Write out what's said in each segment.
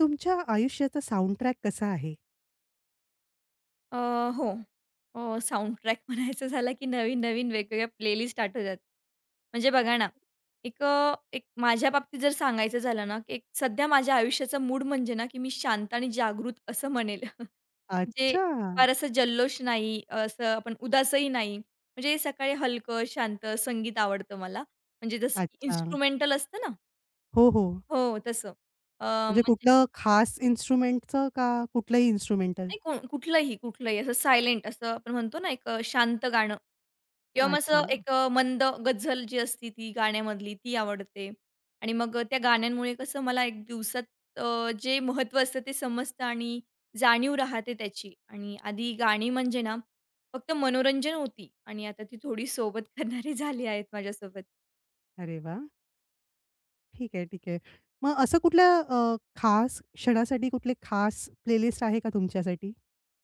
तुमच्या आयुष्याचा साउंडट्रॅक कसा आहे? अ, हो. साउंडट्रॅक म्हणायचं झालं, की नवीन-नवीन वेगवेगळ्या प्लेलिस्ट स्टार्ट होतात. म्हणजे बघा ना, एक माझ्या बाबतीत जर सांगायचं झालं ना, की एक सध्या माझ्या आयुष्याचा मूड म्हणजे ना, की मी शांत आणि जागृत असं म्हणेल. म्हणजे अच्छा. फार असं जल्लोष नाही, असं आपण उदासही नाही. म्हणजे सकाळी हलकं, शांत संगीत आवडतं मला. म्हणजे जसं की अच्छा. इन्स्ट्रुमेंटल असतं ना हो, हो. हो, तसं. म्हणजे म्हणजे कुठलं खास इन्स्ट्रुमेंटचं का कुठलंही इन्स्ट्रुमेंटल? नाही को कुठलंही असं सायलेंट असं आपण म्हणतो ना, एक शांत गाणं. किंवा मग अच्छा. असं एक मंद गझल जी असती ती गाण्यामधली ती आवडते. आणि मग त्या गाण्यांमुळे कसं मला एक दिवसात जे महत्त्व असतं ते समजतं आणि जाणीव राहते त्याची. आणि आधी गाणी म्हणजे ना, फक्त मनोरंजन होती आणि आता ती थोडी सोबत करणारी झाली आहेत माझ्यासोबत. अरे वाह! ठीक आहे, ठीक आहे. मग असं कुठल्या खास क्षणासाठी कुठले खास प्लेलिस्ट आहे का तुमच्यासाठी?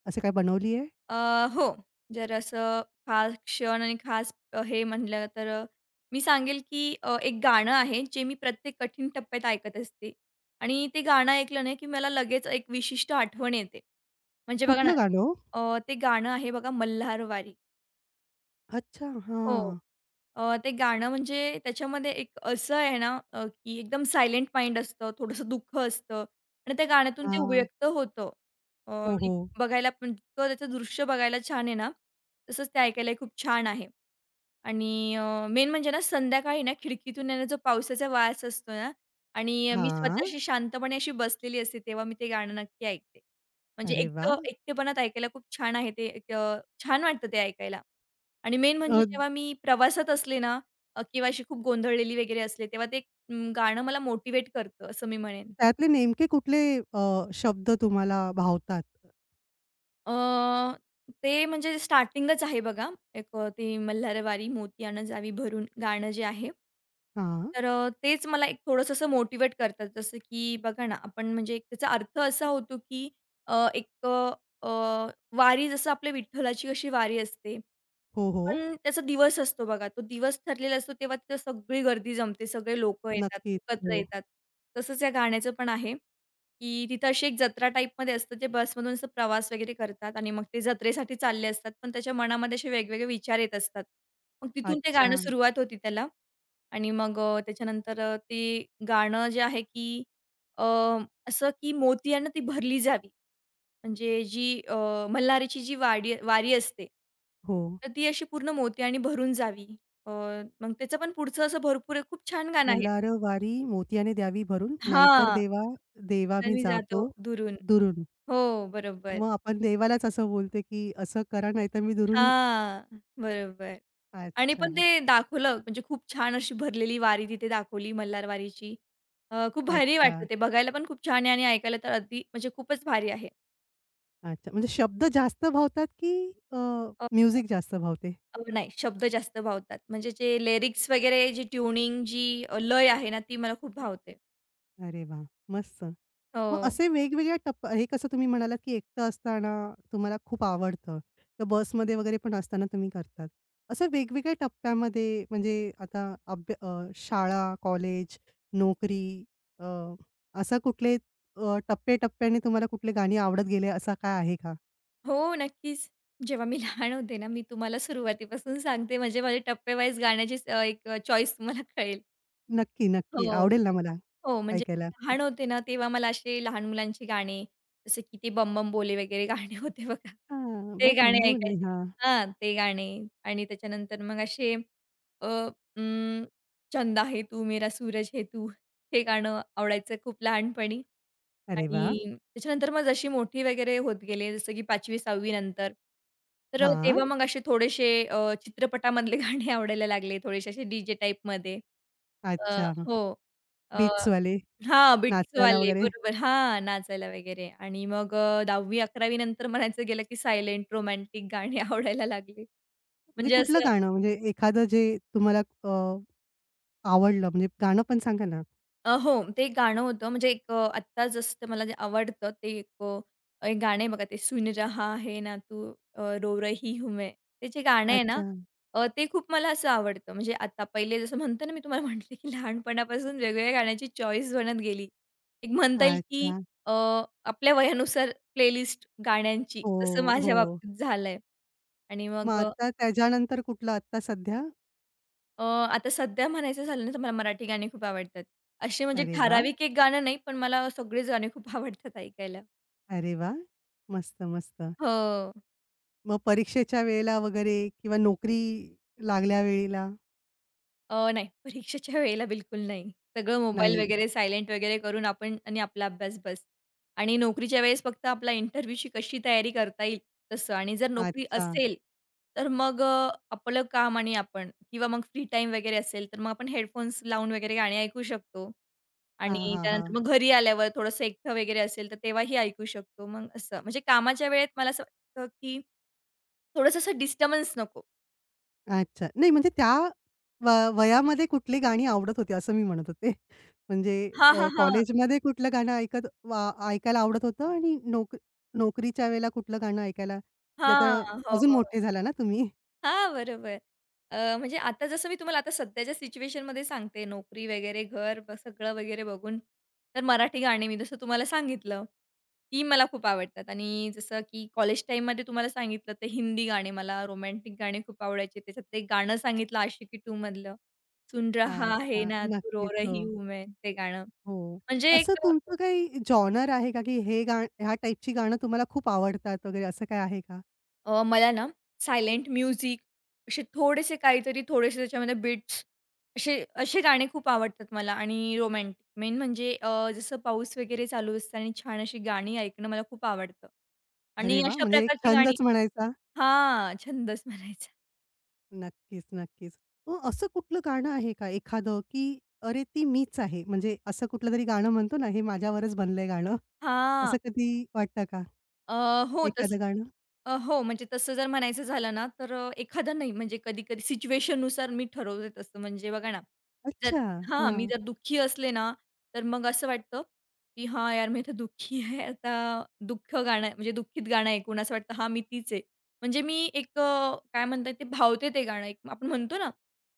असं काय बनवली आहे? अ, हो. जर असं खास क्षण आणि खास हे म्हटलं तर मी सांगेल की एक गाणं आहे जे मी प्रत्येक कठीण टप्प्यात ऐकत असते आणि ते गाणं ऐकलं ना की मला लगेच एक विशिष्ट आठवण येते. म्हणजे बघा ना, कुठलं गाणं हो? ते गाणं आहे बघा मल्हारवारी. अच्छा. हो. हां, ते गाणं म्हणजे त्याच्यामध्ये एक असं आहे ना, की एकदम सायलेंट माइंड असतं, थोडंसं दुःख असतं आणि त्या गाण्यातून ते हां. व्यक्त होतं. हो, म्हणजे हो. बघायला पण इतकं त्याचं दृश्य बघायला छान आहे ना, तसंच ते ऐकायलाही खूप छान आहे आणि मेन म्हणजे ना संध्याकाळी ना खिडकीतून येणारा जो पावसाचा वास असतो ना आणि मी हां. स्वतःशी शांतपणे अशी बसलेली असते, तेव्हा मी ते गाणं नक्की ऐकते. म्हणजे अरे वाह! एकटं एकटेपणात ऐकायला खूप छान आहे ते. एक छान वाटतं ते ऐकायला. आणि मेन अ, म्हणजे जेव्हा मी प्रवासात असले ना, किंवा अशी खूप गोंधळलेली वगैरे असले, तेव्हा ते गाणं मला मोटिवेट करतं असं मी म्हणेन. त्यातले नेमके कुठले अ, शब्द तुम्हाला भावतात? अ, ते म्हणजे स्टार्टिंगच आहे बघा, एक ते मल्हारवारी मोतियानं जावी भरून गाणं जे आहे. हां. तर तेच मला एक थोडंसं असं मोटिव्हेट करतात. जसं की बघा ना, आपण म्हणजे एक त्याचा अर्थ असा होतो की अ, एक अ, अ, वारी जसं आपल्या विठ्ठलाची कशी वारी असते. हो, हो. पण त्याचा दिवस असतो बघा, तो दिवस ठरलेला असतो तेव्हा तिथं सगळी गर्दी जमते, सगळे लोकं येतात, नक्कीच. एकत्र हो. येतात. तसंच या गाण्याचं पण आहे. की तिथं अशी एक जत्रा टाईपमध्ये असतं, जे बसमधून असं प्रवास वगैरे करतात आणि मग ते जत्रेसाठी चालले असतात. पण त्याच्या मनामध्ये असे वेगवेगळे विचार येत असतात. मग तिथून ते अच्छा. गाणं सुरुवात होती त्याला आणि मग त्याच्यानंतर ते गाणं जे आहे की अ, असं की मोतियानं ती भरली जावी. म्हणजे जी मल्हारीची जी वाडी वारी असते, हो. तर ती अशी पूर्ण मोतियाने भरून जावी. अ, मग त्याचं पण पुढचं असं भरपूर आहे, खूप छान गाणं आहे ते. मल्हार वारी मोतियाने द्यावी भरून, नाहीतर हां. देवा देवा मी "मी जातो जातो दुरून." दुरून. हो, बरोबर. मग आपण देवालाच असं बोलते, की असं करा नाहीतर मी दुरून. हां, बरोबर आणि अच्छा, पण ते दाखवलं म्हणजे खूप छान अशी भरलेली वारी तिथे दाखवली मल्हार वारीची. खूप भारी अच्छा, वाटतं ते बघायला पण खूप छान आहे आणि ऐकायला तर अगदी म्हणजे खूपच भारी आहे. अच्छा. म्हणजे शब्द जास्त भावतात, की अ, म्युझिक जास्त भावते? अ, नाही शब्द जास्त भावतात. म्हणजे जे लिरिक्स वगैरे जी ट्युनिंग जी लय आहे ना ती मला खूप भावते. अरे वाह! मस्त. हो. मग असे वेगवेगळ्या टप्प्या हे कसं तुम्ही म्हणालात, की एकटं असताना तुम्हाला खूप आवडतं. तर बसमध्ये वगैरे पण असताना तुम्ही करतात. असं वेगवेगळ्या टप्प्यामध्ये म्हणजे आता अभ्य अ, शाळा, कॉलेज, नोकरी, अ, असा कुठले टप्पे तुम्हाला कुठले गाणी आवडत गेले असा काय आहे का? हो, नक्कीच. जेव्हा मी लहान होते ना, मी तुम्हाला सुरुवातीपासून सांगते म्हणजे माझे टप्पे वाईज गाण्याची एक चॉईस तुम्हाला कळेल. नक्की, नक्की. हो. आवडेल ना मला हो, म्हणजे ऐकायला. लहान होते ना, तेव्हा मला असे लहान मुलांची गाणी, जसं की ते बम बम बोले वगैरे गाणे होते बघा. हां, ते गाणे बम-बम. ऐकायचे. हां. हां, ते गाणे आणि त्याच्यानंतर मग असे अ, अं, चंदा है तू मेरा सूरज है तू, हे गाणं आवडायचं खूप लहानपणी अरे वाह! आणि त्याच्यानंतर मग जशी मोठी वगैरे होत गेले, जसं की 5वी 6वी नंतर, तर हां. तेव्हा मग असे थोडेसे चित्रपटामधले गाणे आवडायला लागले, थोडेसे असे डी-जे टाईपमध्ये. अ, अच्छा. हो. बीचवाले हां, नाचायला बिट्सवाले वगैरे. बरोबर. हां, नाचायला वगैरे आणि मग 10वी 11वी नंतर म्हणायचं गेलं, की सायलेंट रोमॅन्टिक गाणी आवडायला लागली. म्हणजे म्हणजे कुठलं असं गाणं? म्हणजे एखादं जे तुम्हाला आवडलं म्हणजे गाणं पण सांगा ना? हो. ते एक गाणं होतं म्हणजे एक आत्ता जसं ते मला जे आवडतं ते एक एक गाणं आहे बघा ते "सुन रहा है ना तू रो रही हूँ मैं." ते जे गाणं आहे अच्छा, ना ते खूप मला असं आवडतं. म्हणजे आता पहिले जसं म्हणतो ना मी तुम्हाला म्हटलं की लहानपणापासून वेगवेगळ्या गाण्याची चॉईस बनत गेली. एक म्हणता येईल की अच्छा. अ, आपल्या वयानुसार प्लेलिस्ट गाण्यांची. हो, तसं माझ्या हो. बाबतीत झालंय आणि मग मग आता त्याच्यानंतर कुठलं आत्ता सध्या? आता सध्या म्हणायचं झालं ना, तर मला मराठी गाणी खूप आवडतात. अशी म्हणजे अरे वाह! ठराविक एक गाणं नाही, पण मला सगळीच गाणी खूप आवडतात ऐकायला. अरे वाह! मस्त, मस्त. हो. मग परीक्षेच्या वेळेला वगैरे किंवा नोकरी लागल्या वेळेला? नाही. परीक्षेच्या वेळेला बिलकुल नाही. सगळं मोबाईल हं. नाही. वगैरे सायलेंट वगैरे करून आपण आणि आपला अभ्यास बस. आणि नोकरीच्या वेळेस फक्त आपला इंटरव्ह्यूची कशी तयारी करता येईल तसं आणि जर नोकरी अच्छा. असेल, तर मग आपलं काम आणि आपण किंवा मग फ्री टाईम वगैरे असेल, तर मग आपण हेडफोन्स लावून वगैरे गाणी ऐकू शकतो. हां, आणि हां, हां. त्यानंतर मग घरी आल्यावर थोडंसं एकटं वगैरे असेल, तर तेव्हाही ऐकू शकतो. मग असं म्हणजे कामाच्या वेळेत मला असं वाटतं, की थोडंसं असं डिस्टर्बन्स नको. अच्छा. नाही म्हणजे त्या व वयामध्ये कुठली गाणी आवडत होती असं मी म्हणत होते. म्हणजे हां, हां, हां. कॉलेजमध्ये कुठलं गाणं ऐकत वा ऐकायला आवडत होतं आणि नोकरीच्या वेळेला कुठलं गाणं ऐकायला जे आता हां. हो, अजून हो. मोठे झाला ना तुम्ही? हां, बरोबर. म्हणजे आता जसं मी तुम्हाला आता सध्याच्या सिच्युएशनमध्ये सांगते, नोकरी वगैरे, घर ब सगळं वगैरे बघून, तर मराठी गाणी मी जसं तुम्हाला सांगितलं, ती मला खूप आवडतात आणि जसं की कॉलेज टाईममध्ये तुम्हाला सांगितलं, तर हिंदी गाणे मला रोमॅन्टिक गाणे खूप आवडायचे. त्याच्यातलं एक गाणं सांगितलं आशिकी 2 मधलं, "सुन रहा है अच्छा. ना तू रो नक्कीच. रही हो. हूँ मैं" ते गाणं. हो. म्हणजे असं एक तुमचं काही जॉनर आहे का, की हे गाणं ह्या टाईपची गाणं तुम्हाला खूप आवडतात वगैरे असं काही आहे का? मला ना सायलेंट म्युझिक असे थोडेसे काहीतरी थोडेसे त्याच्यामध्ये बिट्स असे असे गाणे खूप आवडतात मला आणि रोमॅन्टिक मेन म्हणजे जसं पाऊस वगैरे चालू असताना छान अशी गाणी ऐकणं मला खूप आवडतं अरे आणि वाह! अशा म्हणजे एक प्रकारची गाणी छंदच म्हणायचा. हां, छंदच म्हणायचा. नक्कीच, नक्कीच. मग असं कुठलं गाणं आहे का एखादं, की "अरे, ती मीच आहे." म्हणजे असं कुठलंतरी गाणं म्हणतो ना, "हे माझ्यावरच बनलंय गाणं." असं हां. कधी वाटतं का अ, हो तसं एखादं गाणं? हो, म्हणजे तसं जर म्हणायचं झालं ना, तर एखादं नाही म्हणजे कधी-कधी सिच्युएशननुसार मी ठरवते तसं. म्हणजे बघा ना, जर अच्छा. हां, मी हां. जर दुःखी असले ना, तर मग असं वाटतं, की "हां, यार मी आता दुःखी आहे." आता दुःख गाणं म्हणजे दुःखीत गाणं ऐकून असं वाटतं, "हां, मी तीच आहे." म्हणजे मी एक काय म्हणतात ते भावते ते गाणं एक आपण म्हणतो ना,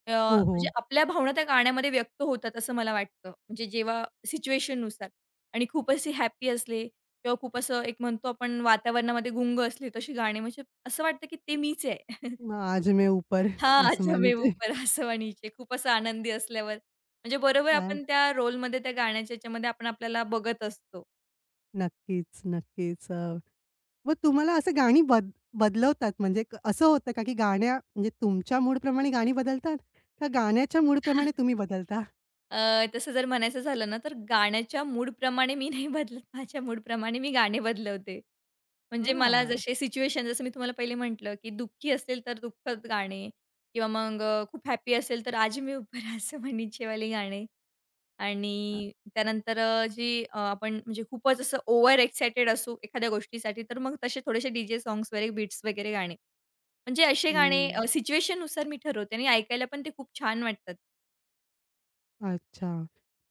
हो, म्हणजे हो. आपल्या भावना त्या गाण्यामध्ये व्यक्त होतात असं मला वाटतं. म्हणजे जेव्हा सिच्युएशननुसार आणि खूप असे हॅपी असले किंवा खूप असं एक म्हणतो आपण वातावरणामध्ये गुंग असली तशी गाणी म्हणजे असं वाटतं की ते मीच आहे. मग आज मैं ऊपर "हाँ आजा आसमानी मैं चे. ऊपर आसमां नीचे." खूप असं आनंदी असल्यावर म्हणजे बरोबर हां. आपण त्या रोलमध्ये त्या गाण्याच्या ह्याच्यामध्ये आपण आपल्याला बघत असतो. नक्कीच, नक्कीच. मग तुम्हाला असं गाणी बदलवतात म्हणजे असं होतं का, की गाण्या म्हणजे तुमच्या मूडप्रमाणे गाणी बदलतात? का गाण्याच्या मूडप्रमाणे तुम्ही बदलता? तसं जर म्हणायचं झालं ना तर गाण्याच्या मूडप्रमाणे मी नाही बदलत. माझ्या मूडप्रमाणे मी गाणे बदलवते. म्हणजे मला हां. जसे सिच्युएशन जसं मी तुम्हाला पहिले म्हटलं की दुःखी असेल तर दुःखद गाणे किंवा मग खूप हॅपी असेल तर "आज मैं ऊपर आसमां नीचे" वाले गाणे. आणि त्यानंतर आपण म्हणजे खूपच असं ओव्हर एक्साइटेड असू एखाद्या गोष्टीसाठी, तर मग तसे थोडेसे डी सॉंग्स सॉन्ग्स वगैरे बीट्स वगैरे गाणे. म्हणजे असे गाणे सिच्युएशननुसार मी ठरवते आणि ऐकायला पण ते खूप छान वाटतात. अच्छा.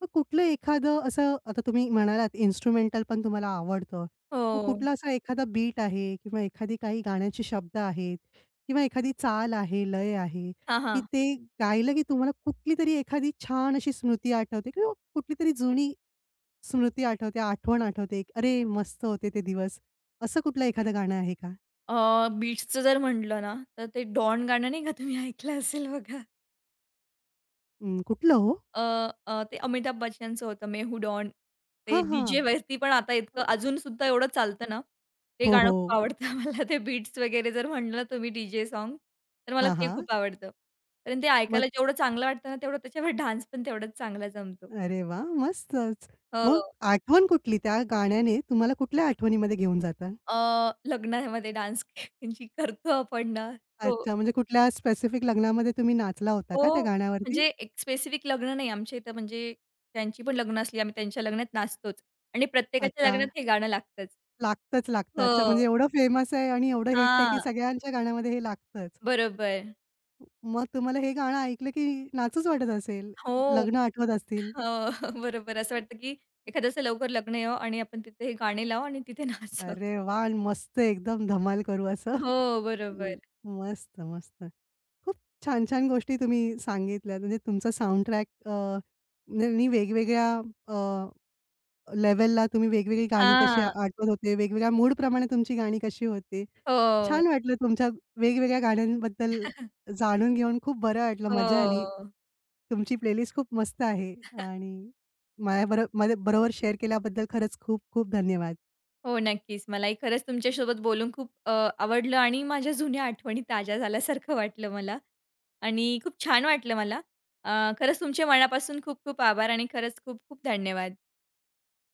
मग कुठलं एखादं असं आता तुम्ही म्हणालात इन्स्ट्रुमेंटल पण तुम्हाला आवडतं. मग हो. कुठला असा एखादा बीट आहे किंवा एखादी काही गाण्याचे शब्द आहेत किंवा एखादी चाल आहे, लय आहे, हां, की हां. ते गायलं की तुम्हाला कुठलीतरी एखादी छान अशी स्मृती आठवते किंवा कुठलीतरी जुनी स्मृती आठवते, आठवण आठवते. एक "अरे, मस्त होते ते दिवस." असं कुठलं एखादं गाणं आहे का? बीट्सचं जर म्हटलं ना, तर ते डॉन गाणं नाही का तुम्ही ऐकलं असेल बघा. अं, कुठलं हो? अ, अ, ते अमिताभ बच्चनचं होतं "मेहू डॉन." ते हां, हां. डीजेवरती पण आता इतकं अजून सुद्धा एवढं चालतं ना, ते हो, गाणं हो. हो. खूप आवडतं मला. ते बीट्स वगैरे जर म्हणलं तुम्ही डीजे साँग, तर मला हां, ते हां. खूप आवडतं. कारण ते मग ऐकायला जेवढं चांगलं वाटतं ना, तेवढं त्याच्यावर डान्स पण तेवढाच चांगला जमतो. अरे वाह! मस्तच. मग हो. आठवण कुठली त्या गाण्याने तुम्हाला कुठल्या आठवणीमध्ये घेऊन जातं? अ, लग्नामध्ये डान्स जी करतो आपण ना, तो अच्छा, म्हणजे कुठल्या स्पेसिफिक लग्नामध्ये तुम्ही नाचला होता का त्या तो गाण्यावरती? म्हणजे एक स्पेसिफिक लग्न नाही आमच्या इथं म्हणजे त्यांची पण लग्न असली, आम्ही त्यांच्या लग्नात नाचतोच आणि प्रत्येकाच्या अच्छा, लग्नात हे गाणं लागतंच. लागतंच लागतं. अच्छा, म्हणजे हो. एवढं फेमस आहे आणि एवढं हिट आहे, की हां, सगळ्यांच्या गाण्यामध्ये हे लागतंच. बरोबर. मग तुम्हाला हे गाणं ऐकलं, की नाचूच वाटत असेल, हो, लग्न आठवत हो, असतील. बरोबर. असं वाटतं, की एखाद्याचं लवकर लग्न यावं आणि आपण तिथे हे गाणे लावू आणि तिथे नाचावं. अरे वाह! मस्त एकदम धमाल करू असं. हो, बरोबर. हम्म, मस्त, मस्त. खूप छान-छान गोष्टी तुम्ही सांगितल्यात. म्हणजे तुमचा साउंड ट्रॅक म्हणजे आणि वेगवेगळ्या अ, लेव्हलला तुम्ही वेगवेगळी गाणी कशी हां. आठवत होते, वेगवेगळ्या मूडप्रमाणे तुमची गाणी कशी होती. हो, छान वाटलं तुमच्या वेगवेगळ्या गाण्यांबद्दल जाणून घेऊन खूप बरं वाटलं, मजा आली. हो. तुमची प्लेलिस्ट खूप मस्त आहे आणि माझ्या बरोबर शेअर केल्याबद्दल खरंच खूप खूप धन्यवाद. हो, नक्कीच. मलाही खरंच तुमच्यासोबत बोलून खूप आवडलं आणि माझ्या जुन्या आठवणी ताज्या झाल्यासारखं वाटलं मला आणि खूप छान वाटलं मला. अ, खरंच तुमचे मनापासून खूप खूप आभार आणि खरंच खूप खूप धन्यवाद.